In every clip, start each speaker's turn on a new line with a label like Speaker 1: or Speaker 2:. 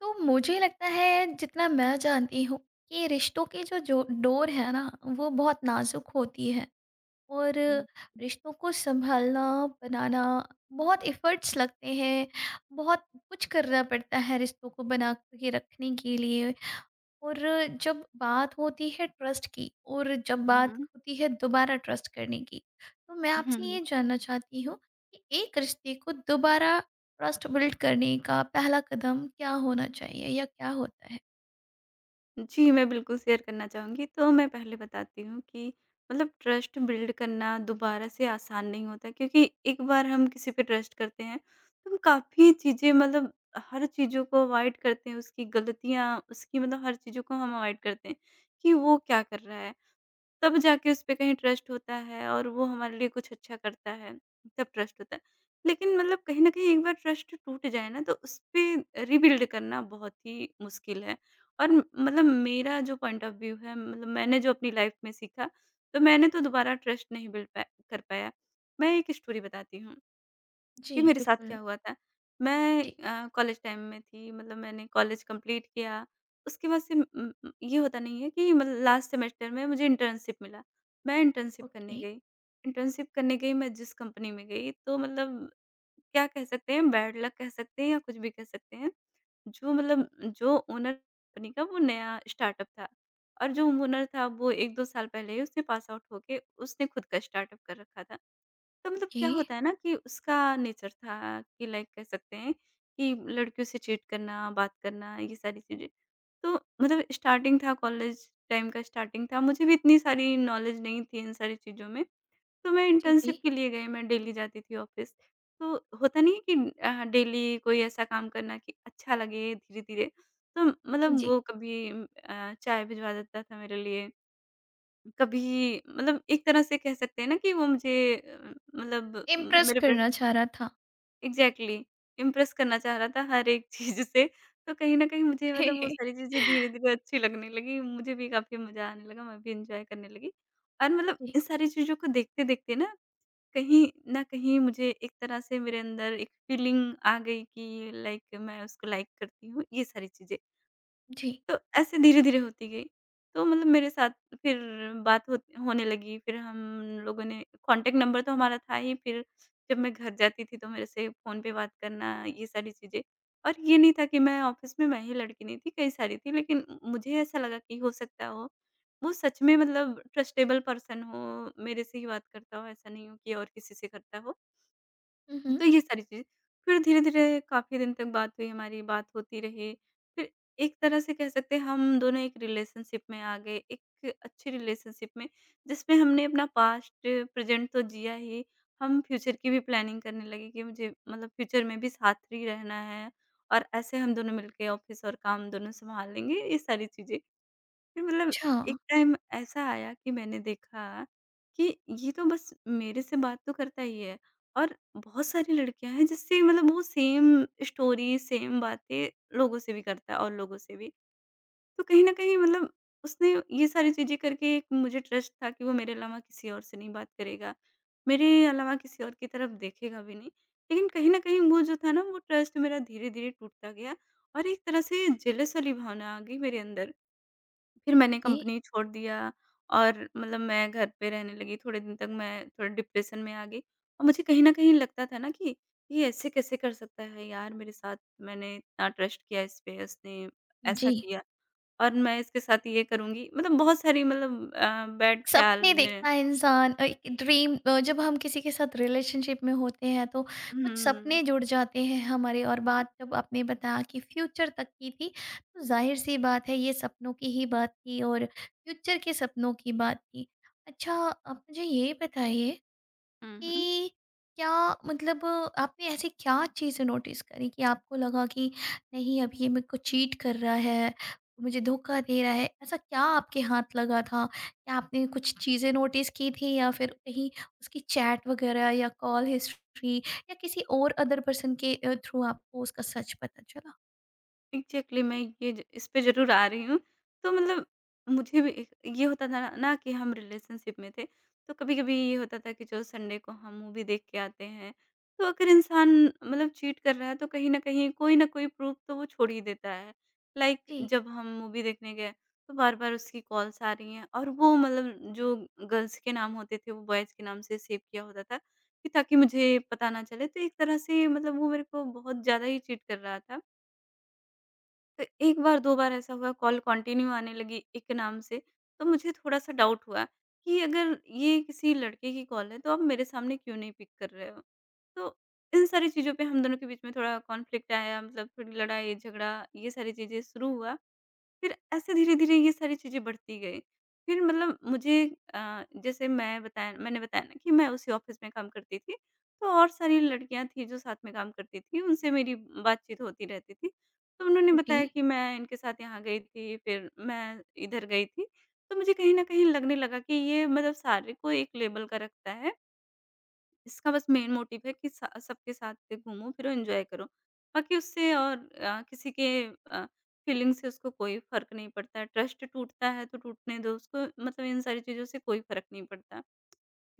Speaker 1: तो मुझे लगता है जितना मैं जानती हूँ कि रिश्तों की जो जो डोर है ना वो बहुत नाजुक होती है। और
Speaker 2: 嗯嗯。
Speaker 1: रिश्तों को संभालना, बनाना, बहुत एफर्ट्स लगते हैं। बहुत कुछ करना पड़ता है रिश्तों को बना के रखने के लिए। और जब बात होती है ट्रस्ट की और जब
Speaker 2: 嗯
Speaker 1: बात
Speaker 2: 哼。
Speaker 1: होती है दोबारा ट्रस्ट करने की, तो मैं
Speaker 2: 嗯
Speaker 1: आपसे ये
Speaker 2: 哼
Speaker 1: जानना चाहती हूँ कि एक रिश्ते को दोबारा ट्रस्ट बिल्ड करने का पहला कदम क्या होना चाहिए या क्या होता है।
Speaker 2: जी, मैं बिल्कुल शेयर करना चाहूँगी। तो मैं पहले बताती हूँ कि मतलब ट्रस्ट बिल्ड करना दोबारा से आसान नहीं होता क्योंकि एक बार हम किसी पे ट्रस्ट करते हैं, तो हम काफ़ी चीज़ें मतलब हर चीज़ों को अवॉइड करते हैं, उसकी गलतियाँ, उसकी मतलब हर चीज़ों को हम अवॉइड करते हैं कि वो क्या कर रहा है। तब जाके उसपे कहीं ट्रस्ट होता है और वो हमारे लिए कुछ अच्छा करता है, तब ट्रस्ट होता है। लेकिन मतलब कहीं न कहीं एक बार ट्रस्ट टूट जाए ना तो उसपे रिबिल्ड करना बहुत ही मुश्किल है। और मतलब मेरा जो पॉइंट ऑफ व्यू है मतलब मैंने जो अपनी लाइफ़ में सीखा, तो मैंने तो दोबारा ट्रस्ट नहीं बिल्ड पा कर पाया। मैं एक स्टोरी बताती हूँ
Speaker 1: जी
Speaker 2: कि मेरे साथ
Speaker 1: बिल्कुल।
Speaker 2: क्या हुआ था। मैं
Speaker 1: जी।
Speaker 2: कॉलेज टाइम में थी मतलब मैंने कॉलेज कंप्लीट किया। उसके बाद से ये होता नहीं है कि मतलब लास्ट सेमेस्टर में मुझे इंटर्नशिप मिला। मैं इंटर्नशिप करने
Speaker 1: ओके।
Speaker 2: गई। इंटर्नशिप करने गई मैं जिस कंपनी में गई तो मतलब क्या कह सकते हैं, बैड लक कह सकते हैं या कुछ भी कह सकते हैं। जो मतलब जो ओनर कंपनी का वो नया स्टार्टअप था और जो ओनर था वो 1-2 साल पहले ही उसने पास आउट होके उसने खुद का स्टार्टअप कर रखा था। तो मतलब
Speaker 1: ओके।
Speaker 2: क्या होता है ना कि उसका नेचर था कि लाइक कह सकते हैं कि लड़कियों से चीट करना, बात करना, ये सारी चीज़ें। तो मतलब स्टार्टिंग था कॉलेज टाइम का स्टार्टिंग था, मुझे भी इतनी सारी नॉलेज नहीं थी इन सारी चीज़ों में। तो मैं
Speaker 1: जी। जी।
Speaker 2: इंटर्नशिप के लिए गई, मैं डेली जाती थी ऑफ़िस। तो होता नहीं है कि डेली कोई ऐसा काम करना कि अच्छा लगे धीरे-धीरे। तो
Speaker 1: जी।
Speaker 2: मतलब
Speaker 1: जी।
Speaker 2: वो कभी चाय भिजवा देता था मेरे लिए। कभी मतलब एक तरह से कह सकते हैं ना कि वो मुझे मतलब म
Speaker 1: इम्प्रेस
Speaker 2: मेरे पे
Speaker 1: करना चाह रहा था।
Speaker 2: एग्ज़ैक्टली इम्प्रेस करना चाह रहा था हर एक चीज़ से। तो कहीं न कहीं मुझे मतलब वो सारी चीज़ें धीरे-धीरे अच्छी लगने लगी, मुझे भी काफ़ी मज़ा आने लगा, मैं भी एन्जॉय करने लगी। और मतलब
Speaker 1: जी।
Speaker 2: इन सारी चीज़ों को देखते-देखते ना कहीं न कहीं मुझे एक तरह से मेरे अंदर एक फीलिंग आ गई कि लाइक मैं उसको लाइक करती हूँ, ये सारी चीज़ें।
Speaker 1: जी।
Speaker 2: तो ऐसे धीरे-धीरे होती गई। तो मतलब मेरे साथ फिर बात होत होने लगी, फिर हम लोगों ने कॉन्टैक्ट नंबर तो हमारा था ही, फिर जब मैं घर जाती थी तो मेरे से फ़ोन पे बात करना, ये सारी चीज़ें। और ये नहीं था कि मैं ऑफ़िस में मैं ही लड़की नहीं थी, कई सारी थी, लेकिन मुझे ऐसा लगा कि हो सकता हो, वो सच में मतलब ट्रस्टेबल पर्सन हो, मेरे से ही बात करता हो, ऐसा नहीं हो कि और किसी से करता हो।
Speaker 1: हम्म।
Speaker 2: तो ये सारी चीज़ें। फिर धीरे-धीरे काफ़ी दिन तक बात हुई हमारी, बात होती रही। फिर एक तरह से कह सकते हैं हम दोनों एक रिलेशनशिप में आ गए, एक अच्छी रिलेशनशिप में, जिसमें हमने अपना पास्ट, प्रेज़ेंट तो जिया ही, हम फ्यूचर की भी प्लानिंग करने लगे कि मुझे मतलब फ्यूचर में भी साथ ही रहना है और ऐसे हम दोनों मिलके ऑफ़िस और काम दोनों सँभाल लेंगे, ये सारी चीज़ें। फिर मतलब
Speaker 1: अच्छा।
Speaker 2: एक टाइम ऐसा आया कि मैंने देखा कि ये तो बस मेरे से बात तो करता ही है और बहुत सारी लड़कियां हैं जिससे मतलब वो सेम स्टोरी सेम बातें लोगों से भी करता है और लोगों से भी। तो कहीं ना कहीं मतलब उसने ये सारी चीजें करके, एक मुझे ट्रस्ट था कि वो मेरे अलावा किसी और से नहीं बात करेगा, मेरे अलावा किसी और की तरफ देखेगा भी नहीं। लेकिन कहीं ना कहीं वो जो था ना वो ट्रस्ट मेरा धीरे धीरे टूटता गया और एक तरह से जेलस वाली भावना आ गई मेरे अंदर। फिर मैंने
Speaker 1: ओके।
Speaker 2: कंपनी छोड़ दिया। और मतलब मैं घर पे रहने लगी, थोड़े दिन तक मैं थोड़ा डिप्रेशन में आ गई और मुझे कहीं न कहीं लगता था ना कि ये ऐसे कैसे कर सकता है यार मेरे साथ? मैंने इतना ट्रस्ट किया इस पे, इसने
Speaker 1: जी।
Speaker 2: ऐसा किया और मैं इसके साथ ये करूँगी। मतलब बहुत सारी मतलब बैड ख़्याल
Speaker 1: सपने
Speaker 2: में।
Speaker 1: देखता है इंसान, एक ड्रीम, जब हम किसी के साथ रिलेशनशिप में होते हैं तो
Speaker 2: हुँ,
Speaker 1: कुछ
Speaker 2: हुँ, हुँ।
Speaker 1: सपने जुड़ जाते हैं हमारे, और बात जब आपने बताया कि फ्यूचर तक की थी, तो जाहिर सी बात है ये सपनों की ही बात थी और फ्यूचर के सपनों की बात थी। अच्छा, आप मुझे ये बताइए
Speaker 2: हुँ, हुँ।
Speaker 1: कि क्या, मतलब आपने ऐसी क्या चीज़ें नोटिस करी कि आपको लगा कि नहीं, अब ये मेरे को चीट कर रहा है, मुझे धोखा दे रहा है? ऐसा क्या आपके हाथ लगा था? क्या आपने कुछ चीज़ें नोटिस की थी या फिर कहीं उसकी चैट वगैरह या कॉल हिस्ट्री या किसी और अदर पर्सन के थ्रू आपको उसका सच पता चला?
Speaker 2: एग्ज़ैक्टली, मैं ये ज इस पे ज़रूर आ रही हूँ। तो मतलब मुझे भी एक ये होता था ना ना कि हम रिलेशनशिप में थे, तो कभी-कभी ये होता था कि चलो संडे को हम मूवी देख के आते हैं। तो अगर इंसान मतलब चीट कर रहा है तो कहीं न कहीं कोई न कोई प्रूफ़ तो वो छोड़ ही देता है। लाइक
Speaker 1: जी,
Speaker 2: जब हम मूवी देखने गए तो बार-बार उसकी कॉल्स आ रही हैं और वो मतलब जो गर्ल्स के नाम होते थे वो बॉयज़ के नाम से सेव किया होता था कि ताकि मुझे पता ना चले। तो एक तरह से मतलब वो मेरे को बहुत ज़्यादा ही चीट कर रहा था। तो एक बार, 2 बार ऐसा हुआ कॉल कंटिन्यू आने लगी एक नाम से, तो मुझे थोड़ा-सा डाउट हुआ कि अगर ये किसी लड़के की कॉल है, तो आप मेरे सामने क्यों नहीं पिक कर रहे हो? तो इन सारी चीज़ों पे हम दोनों के बीच में थोड़ा कॉन्फ्लिक्ट आया, मतलब थोड़ी लड़ाई-झगड़ा ये सारी चीज़ें शुरू हुआ। फिर ऐसे धीरे-धीरे ये सारी चीज़ें बढ़ती गई। फिर मतलब मुझे जैसे मैं बताया मैंने बताया ना कि मैं उसी ऑफ़िस में काम करती थी, तो और सारी लड़कियाँ थीं जो साथ में काम करती थीं, उनसे मेरी बातचीत होती रहती थी। तो उन्होंने
Speaker 1: जी, जी।
Speaker 2: बताया कि मैं इनके साथ यहाँ गई थी, फिर मैं इधर गई थी। तो मुझे कहीं न कहीं लगने लगा कि ये मतलब सारे को एक लेवल का रखता है, इसका बस मेन मोटिव है कि स सबके साथ घूमो-फिरो, एन्जॉय करो। बाकी उससे और किसी के अ, फीलिंग से उसको कोई फ़र्क नहीं पड़ता है। ट्रस्ट टूटता है तो टूटने दो उसको, मतलब इन सारी चीज़ों से कोई फ़र्क नहीं पड़ता।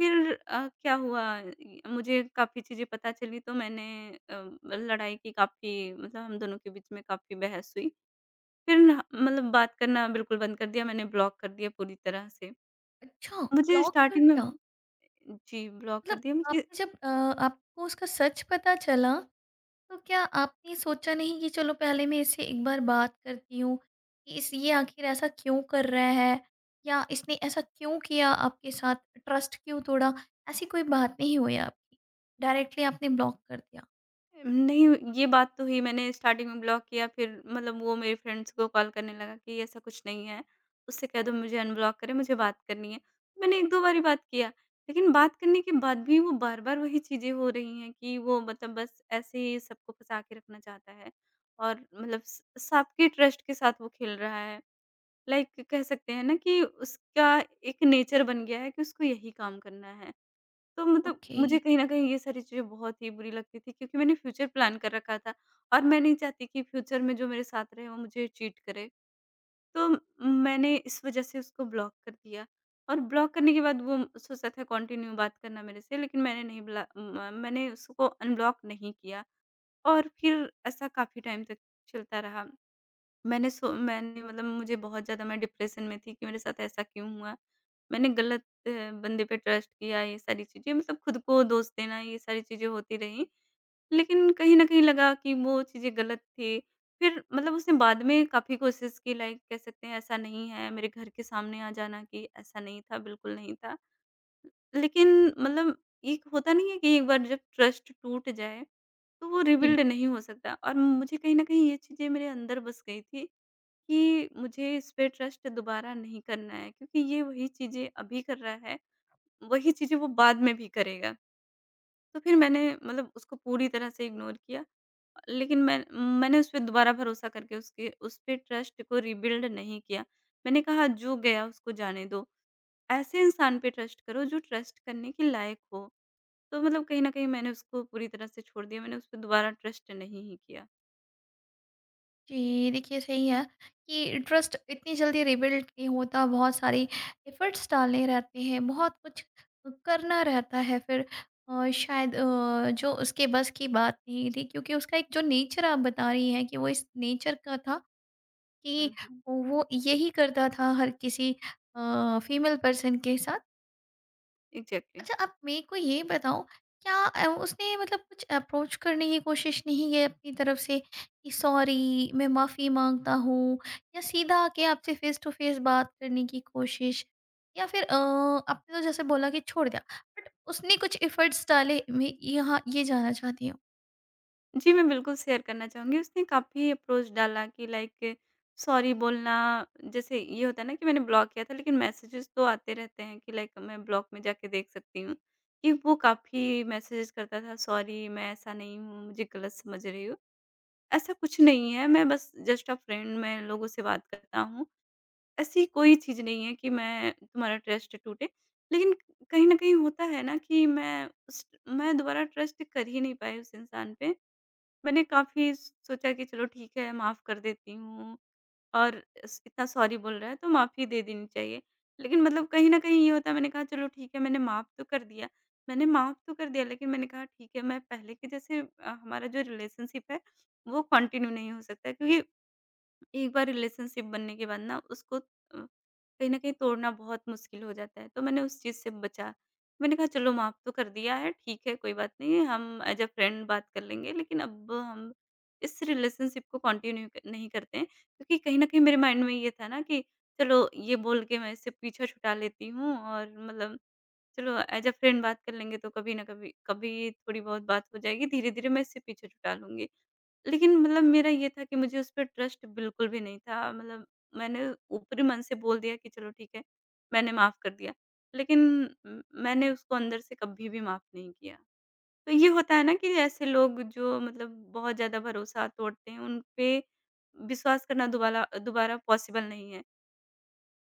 Speaker 2: फिर क्या हुआ इ मुझे काफ़ी चीज़ें पता चली तो मैंने मतलब लड़ाई की, काफ़ी मतलब हम दोनों के बीच में काफ़ी बहस हुई। फिर ना मतलब बात करना बिल्कुल बंद कर दिया मैंने, ब्लॉक कर दिया पूरी तरह से।
Speaker 1: अच्छा,
Speaker 2: मुझे
Speaker 1: ब्लॉक कर
Speaker 2: स्टार्टिंग
Speaker 1: दिया?
Speaker 2: में। जी, ब्लॉक कर
Speaker 1: मतलब
Speaker 2: दिया मुझे।
Speaker 1: आपने जब, आपको उसका सच पता चला, तो क्या आपने सोचा नहीं कि चलो पहले मैं इससे एक बार बात करती हूँ कि इस, ये आखिर ऐसा क्यों कर रहा है या इसने ऐसा क्यों किया आपके साथ, ट्रस्ट क्यों तोड़ा? ऐसी कोई बात नहीं हुई आपकी? डायरेक्टली आपने ब्लॉक कर दिया?
Speaker 2: नहीं, ये बात तो हुई, मैंने स्टार्टिंग में ब्लॉक किया फिर मतलब वो मेरे फ्रेंड्स को कॉल करने लगा कि ऐसा कुछ नहीं है, उससे कह दो मुझे अनब्लॉक करे, मुझे बात करनी है। मैंने 1-2 बार ही बात किया, लेकिन बात करने के बाद भी वो बार-बार वही चीज़ें हो रही हैं कि वो मतलब बस ऐसे ही सबको फँसा के रखना चाहता है और मतलब स सबके ट्रस्ट के साथ वो खेल रहा है। लाइक कह सकते हैं ना कि उसका एक नेचर बन गया है कि उसको यही काम करना है। तो मतलब
Speaker 1: ओके।
Speaker 2: मुझे कहीं न कहीं ये सारी चीज़ें बहुत ही बुरी लगती थी क्योंकि मैंने फ्यूचर प्लान कर रखा था और मैं नहीं चाहती कि फ्यूचर में जो मेरे साथ रहे वो मुझे चीट करे। तो मैंने इस वज़ह से उसको ब्लॉक कर दिया और ब्लॉक करने के बाद सोचा था कंटिन्यू बात करना मेरे से, लेकिन मैंने उसको अनब्लॉक नहीं किया और फिर ऐसा काफ़ी टाइम तक चलता रहा। मैंने मतलब मुझे बहुत ज़्यादा, मैं डिप्रेशन में थी कि मेरे साथ ऐसा क्यों हुआ? मैंने गलत बंदे पे ट्रस्ट किया, ये सारी चीज़ें मतलब खुद को दोष देना ये सारी चीज़ें होती रहीं। लेकिन कहीं न कहीं लगा कि वो चीज़ें गलत थी। फिर मतलब उसने बाद में काफ़ी कोशिश की, लाइक कह सकते हैं ऐसा नहीं है, मेरे घर के सामने आ जाना कि ऐसा नहीं था, बिल्कुल नहीं था। लेकिन मतलब एक होता नहीं है कि एक बार जब ट्रस्ट टूट जाए, तो वो रिबिल्ड
Speaker 1: जी।
Speaker 2: नहीं हो सकता और मुझे कहीं न कहीं ये चीज़ें मेरे अंदर बस गई थी कि मुझे इस पे ट्रस्ट दोबारा नहीं करना है क्योंकि ये वही चीज़ें अभी कर रहा है, वही चीज़ें वो बाद में भी करेगा। तो फिर मैंने मतलब उसको पूरी तरह से इग्नोर किया। लेकिन मैंने उस पे दोबारा भरोसा करके उसके उस पे ट्रस्ट को रिबिल्ड नहीं किया। मैंने कहा जो गया उसको जाने दो। ऐसे इंसान पे ट्रस्ट करो जो ट्रस्ट करने के लायक हो। तो मतलब कहीं न कहीं मैंने उसको पूरी तरह से छोड़ दिया। मैंने उस पे दोबारा ट्रस्ट नहीं ही किया।
Speaker 1: जी, देखिए सही है कि ट्रस्ट इतनी जल्दी रिबिल्ड नहीं होता, बहुत सारी एफ़र्ट्स डालने रहते हैं, बहुत कुछ करना रहता है। फिर शायद, जो उसके बस की बात नहीं थी, क्योंकि उसका एक जो नेचर आप बता रही हैं कि वो इस नेचर का था, कि
Speaker 2: हुँ, हुँ।
Speaker 1: वो यही करता था हर किसी फीमेल पर्सन के साथ।
Speaker 2: एग्ज़ैक्टली।
Speaker 1: अच्छा, आप मेरे को ये बताओ, क्या उसने मतलब कुछ अप्रोच करने की कोशिश नहीं की अपनी तरफ से कि सॉरी, मैं माफ़ी मांगता हूँ, या सीधा आके आपसे फेस टू फेस बात करने की कोशिश, या फिर आपने तो जैसे बोला कि छोड़ दिया, बट उसने कुछ एफर्ट्स डाले? मैं यहाँ ये जानना चाहती हूँ।
Speaker 2: जी, मैं बिल्कुल शेयर करना चाहूँगी। उसने काफ़ी अप्रोच डाला कि लाइक सॉरी बोलना, जैसे ये होता है ना कि मैंने ब्लॉक किया था लेकिन मैसेजेस तो आते रहते हैं कि लाइक मैं ब्लॉक में जाके देख सकती हूँ, कि वो काफ़ी मैसेजेस करता था, सॉरी मैं ऐसा नहीं हूँ, मुझे गलत समझ रही हो। ऐसा कुछ नहीं है, मैं बस जस्ट अ फ्रेंड मैं लोगों से बात करता हूँ। ऐसी कोई चीज़ नहीं है कि मैं तुम्हारा ट्रस्ट टूटे। लेकिन कहीं न कहीं होता है ना कि मैं दोबारा ट्रस्ट कर ही नहीं पाई उस इंसान पे। मैंने काफ़ी सोचा कि चलो ठीक है, माफ़ कर देती हूँ, और इस इतना सॉरी बोल रहा है तो माफ़ी दे देनी चाहिए। लेकिन मतलब कहीं न कहीं ये होता है, मैंने कहा चलो ठीक है, मैंने माफ़ तो कर दिया। मैंने माफ़ तो कर दिया, लेकिन मैंने कहा ठीक है, मैं पहले के जैसे हमारा जो रिलेशनशिप है, वो कंटिन्यू नहीं हो सकता है, क्योंकि एक बार रिलेशनशिप बनने के बाद ना उसको कहीं न कहीं तोड़ना बहुत मुश्किल हो जाता है, तो मैंने उस चीज़ से बचा। मैंने कहा चलो माफ़ तो कर दिया है, ठीक है, कोई बात नहीं है, हम एज़ अ फ्रेंड बात कर लेंगे, लेकिन अब हम इस रिलेशनशिप को कंटिन्यू क नहीं करते हैं। क्योंकि कहीं न कहीं मेरे माइंड में ये था ना कि चलो ये बोल के मैं इससे पीछा छुटा लेती हूँ, और मतलब चलो एज़ अ फ्रेंड बात कर लेंगे तो कभी न कभी कभी थोड़ी बहुत बात हो जाएगी, धीरे-धीरे मैं इससे पीछा छुटा लूँगी। लेकिन मतलब मेरा ये था कि मुझे उस पे ट्रस्ट बिल्कुल भी नहीं था। मतलब मैंने ऊपरी मन से बोल दिया कि चलो ठीक है, मैंने माफ़ कर दिया। लेकिन मैंने उसको अंदर से कभी भी माफ़ नहीं किया। तो ये होता है ना कि ऐसे लोग जो मतलब बहुत ज़्यादा भरोसा तोड़ते हैं, उन पे विश्वास करना दुबाला दोबारा पॉसिबल नहीं है।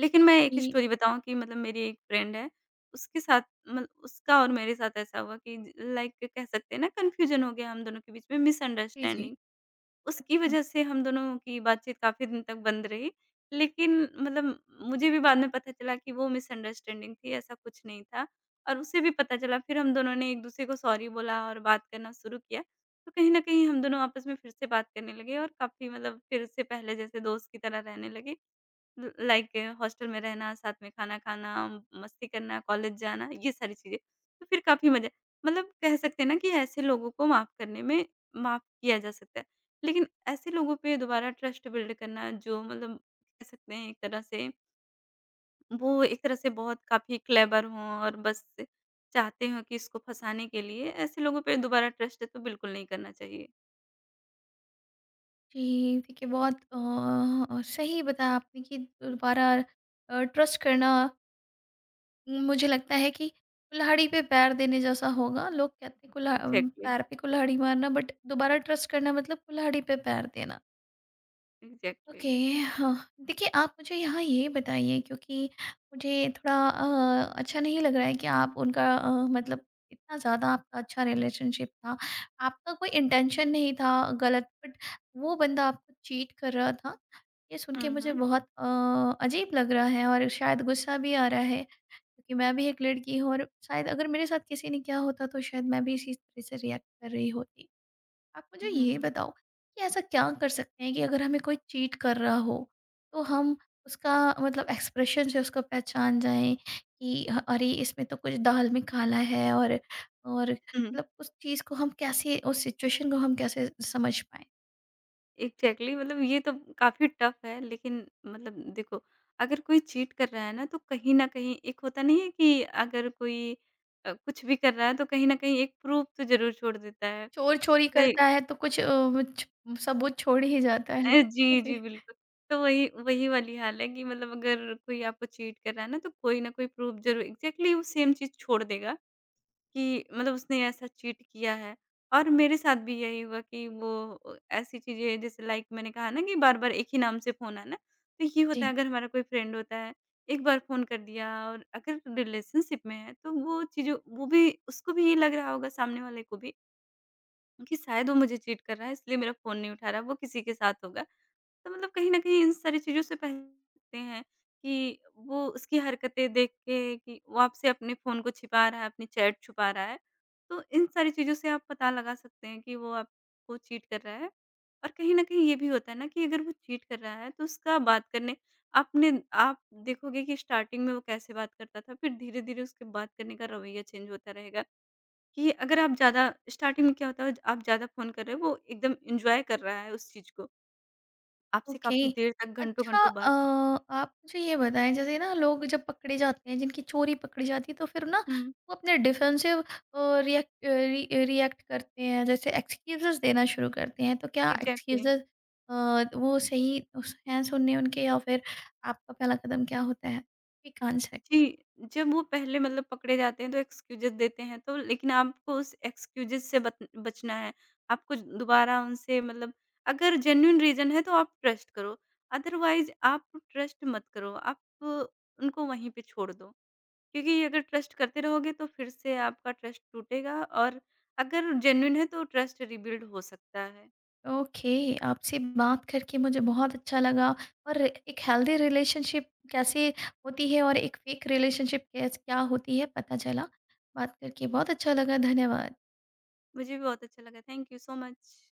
Speaker 2: लेकिन मैं एक
Speaker 1: कि-
Speaker 2: स्टोरी बताऊँ, कि मतलब मेरी एक फ्रेंड है, उसके साथ मतलब उसका और मेरे साथ ऐसा हुआ कि लाइक कह सकते हैं ना, कन्फ्यूज़न हो गया हम दोनों के बीच में,
Speaker 1: जी। जी।
Speaker 2: मिसअंडरस्टैंडिंग। उसकी वजह से हम दोनों की बातचीत काफ़ी दिन तक बंद रही। लेकिन मतलब मुझे भी बाद में पता चला कि वो मिसअंडरस्टैंडिंग थी, ऐसा कुछ नहीं था, और उसे भी पता चला। फिर हम दोनों ने एक-दूसरे को सॉरी बोला और बात करना शुरू किया। तो कहीं न कहीं हम दोनों आपस में फिर से बात करने लगे, और काफ़ी मतलब फिर से पहले जैसे दोस्त की तरह रहने लगे। ल लाइक हॉस्टल में रहना, साथ में खाना खाना, मस्ती करना, कॉलेज जाना, ये सारी चीज़ें। तो फिर काफ़ी मज़ा, मतलब कह सकते हैं ना कि ऐसे लोगों को माफ़ करने में माफ़ किया जा सकता है। लेकिन ऐसे लोगों पे दोबारा ट्रस्ट बिल्ड करना, जो मतलब कह सकते हैं एक तरह से, वो एक तरह से बहुत काफ़ी क्लेवर हों और बस चाहते हों कि इसको फँसाने के लिए, ऐसे लोगों पे दोबारा ट्रस्ट तो बिल्कुल नहीं करना चाहिए।
Speaker 1: जी। देखिए बहुत सही बताया आपने कि दोबारा ट्रस्ट करना मुझे लगता है कि कुल्हाड़ी पे पैर देने जैसा होगा। लोग कहते हैं
Speaker 2: एग्ज़ैक्टली,
Speaker 1: पैर पे कुल्हाड़ी मारना, बट दोबारा ट्रस्ट करना मतलब कुल्हाड़ी पे पैर देना।
Speaker 2: एग्ज़ैक्टली।
Speaker 1: ओके। हाँ, देखिए आप मुझे यहाँ ये बताइए, क्योंकि मुझे थोड़ा अच्छा नहीं लग रहा है कि आप उनका, मतलब इतना ज़्यादा आपका अच्छा रिलेशनशिप था। आपका कोई इंटेंशन नहीं था गलत, बट वो बंदा आपको चीट कर रहा था। ये सुन के
Speaker 2: हुँ,
Speaker 1: मुझे
Speaker 2: हुँ।
Speaker 1: बहुत अजीब लग रहा है और शायद गुस्सा भी आ रहा है। क्योंकि मैं भी एक लड़की हूँ, और शायद अगर मेरे साथ किसी ने क्या होता तो शायद मैं भी इसी तरह से रिएक्ट कर रही होती। आप मुझे
Speaker 2: हुँ,
Speaker 1: ये
Speaker 2: हुँ।
Speaker 1: बताओ कि ऐसा क्या कर सकते हैं कि अगर हमें कोई चीट कर रहा हो तो हम उसका, मतलब एक्सप्रेशन से उसको पहचान जाएँ कि ह अरे! इसमें तो कुछ दाल में काला है। और
Speaker 2: हुँ, हुँ।
Speaker 1: मतलब उस चीज़ को हम कैसे, उस सिचुएशन को हम कैसे समझ पाएँ?
Speaker 2: एग्ज़ैक्टली, मतलब ये तो काफ़ी टफ है, लेकिन मतलब देखो, अगर कोई चीट कर रहा है ना, तो कहीं न कहीं एक होता नहीं है कि अगर कोई कुछ भी कर रहा है, तो कहीं न कहीं एक प्रूफ़ तो ज़रूर छोड़ देता है।
Speaker 1: चोर चोरी करता
Speaker 2: लाइक,
Speaker 1: है तो कुछ अ, छ सबूत छोड़ ही जाता है।
Speaker 2: जी, जी बिल्कुल। तो वही वही वाली हाल है कि मतलब अगर कोई आपको चीट कर रहा है ना, तो कोई ना कोई प्रूफ़ ज़रूर, एग्ज़ैक्टली, वो सेम चीज़ छोड़ देगा। कि मतलब उसने ऐसा चीट किया है। और मेरे साथ भी यही हुआ कि वो ऐसी चीज़ें, जैसे लाइक मैंने कहा ना कि बार-बार एक ही नाम से फ़ोन आना, तो ये होता है
Speaker 1: जी।
Speaker 2: अगर हमारा कोई फ्रेंड होता है, एक बार फ़ोन कर दिया, और अगर रिलेशनशिप में है तो वो चीज़ों, वो भी, उसको भी ये लग रहा होगा, सामने वाले को भी, कि शायद वो मुझे चीट कर रहा है, इसलिए मेरा फ़ोन नहीं उठा रहा, वो किसी के साथ होगा। तो मतलब कहीं न कहीं इन सारी चीज़ों से पहचानते हैं, कि वो, उसकी हरकतें देख के, कि वो आपसे अपने फ़ोन को छिपा रहा है, अपनी चैट छुपा रहा है। तो इन सारी चीज़ों से आप पता लगा सकते हैं कि वो आपको चीट कर रहा है। और कहीं न कहीं ये भी होता है ना कि अगर वो चीट कर रहा है, तो उसका बात करने, आपने आप देखोगे कि स्टार्टिंग में वो कैसे बात करता था, फिर धीरे-धीरे उसके बात करने का रवैया चेंज होता रहेगा। कि अगर आप ज़्यादा, स्टार्टिंग में क्या होता है, आप ज़्यादा फ़ोन कर रहे हो, वो एकदम एन्जॉय कर रहा है उस चीज़ को। आपसे
Speaker 1: ओके।
Speaker 2: काफ़ी देर तक
Speaker 1: अच्छा,
Speaker 2: घंटों-घंटों बाद।
Speaker 1: आप मुझे ये बताएँ, जैसे ना लोग जब पकड़े जाते हैं, जिनकी चोरी पकड़ी जाती है, तो फिर ना
Speaker 2: हुँ,
Speaker 1: वो अपने डिफेंसिव, अ, रिएक्ट अ, रि अ, रिएक्ट करते हैं, जैसे एक्सक्यूज़ेज़ देना शुरू करते हैं। तो क्या
Speaker 2: एग्ज़ैक्टली।
Speaker 1: एक्सक्यूज़ेज़, वो सही उस हैं सुनने उनके, या फिर आपका पहला कदम क्या होता है? Quick answer.
Speaker 2: जी, जब वो पहले मतलब पकड़े जाते हैं, तो एक्सक्यूज़ेज़ देते हैं, तो लेकिन आपको उस एक्सक्यूज़ेज़ से बत बचना है। आपको दोबारा उनसे मतलब, अगर जेन्युइन रीज़न है तो आप ट्रस्ट करो, अदरवाइज़ आप ट्रस्ट मत करो, आप उनको वहीं पे छोड़ दो। क्योंकि अगर ट्रस्ट करते रहोगे तो फिर से आपका ट्रस्ट टूटेगा, और अगर जेन्युइन है तो ट्रस्ट रिबिल्ड हो सकता है।
Speaker 1: ओके, आपसे बात करके मुझे बहुत अच्छा लगा, और एक हेल्दी रिलेशनशिप कैसे होती है और एक फेक रिलेशनशिप कैस क्या होती है पता चला। बात करके बहुत अच्छा लगा, धन्यवाद।
Speaker 2: मुझे भी बहुत अच्छा लगा, थैंक यू सो मच।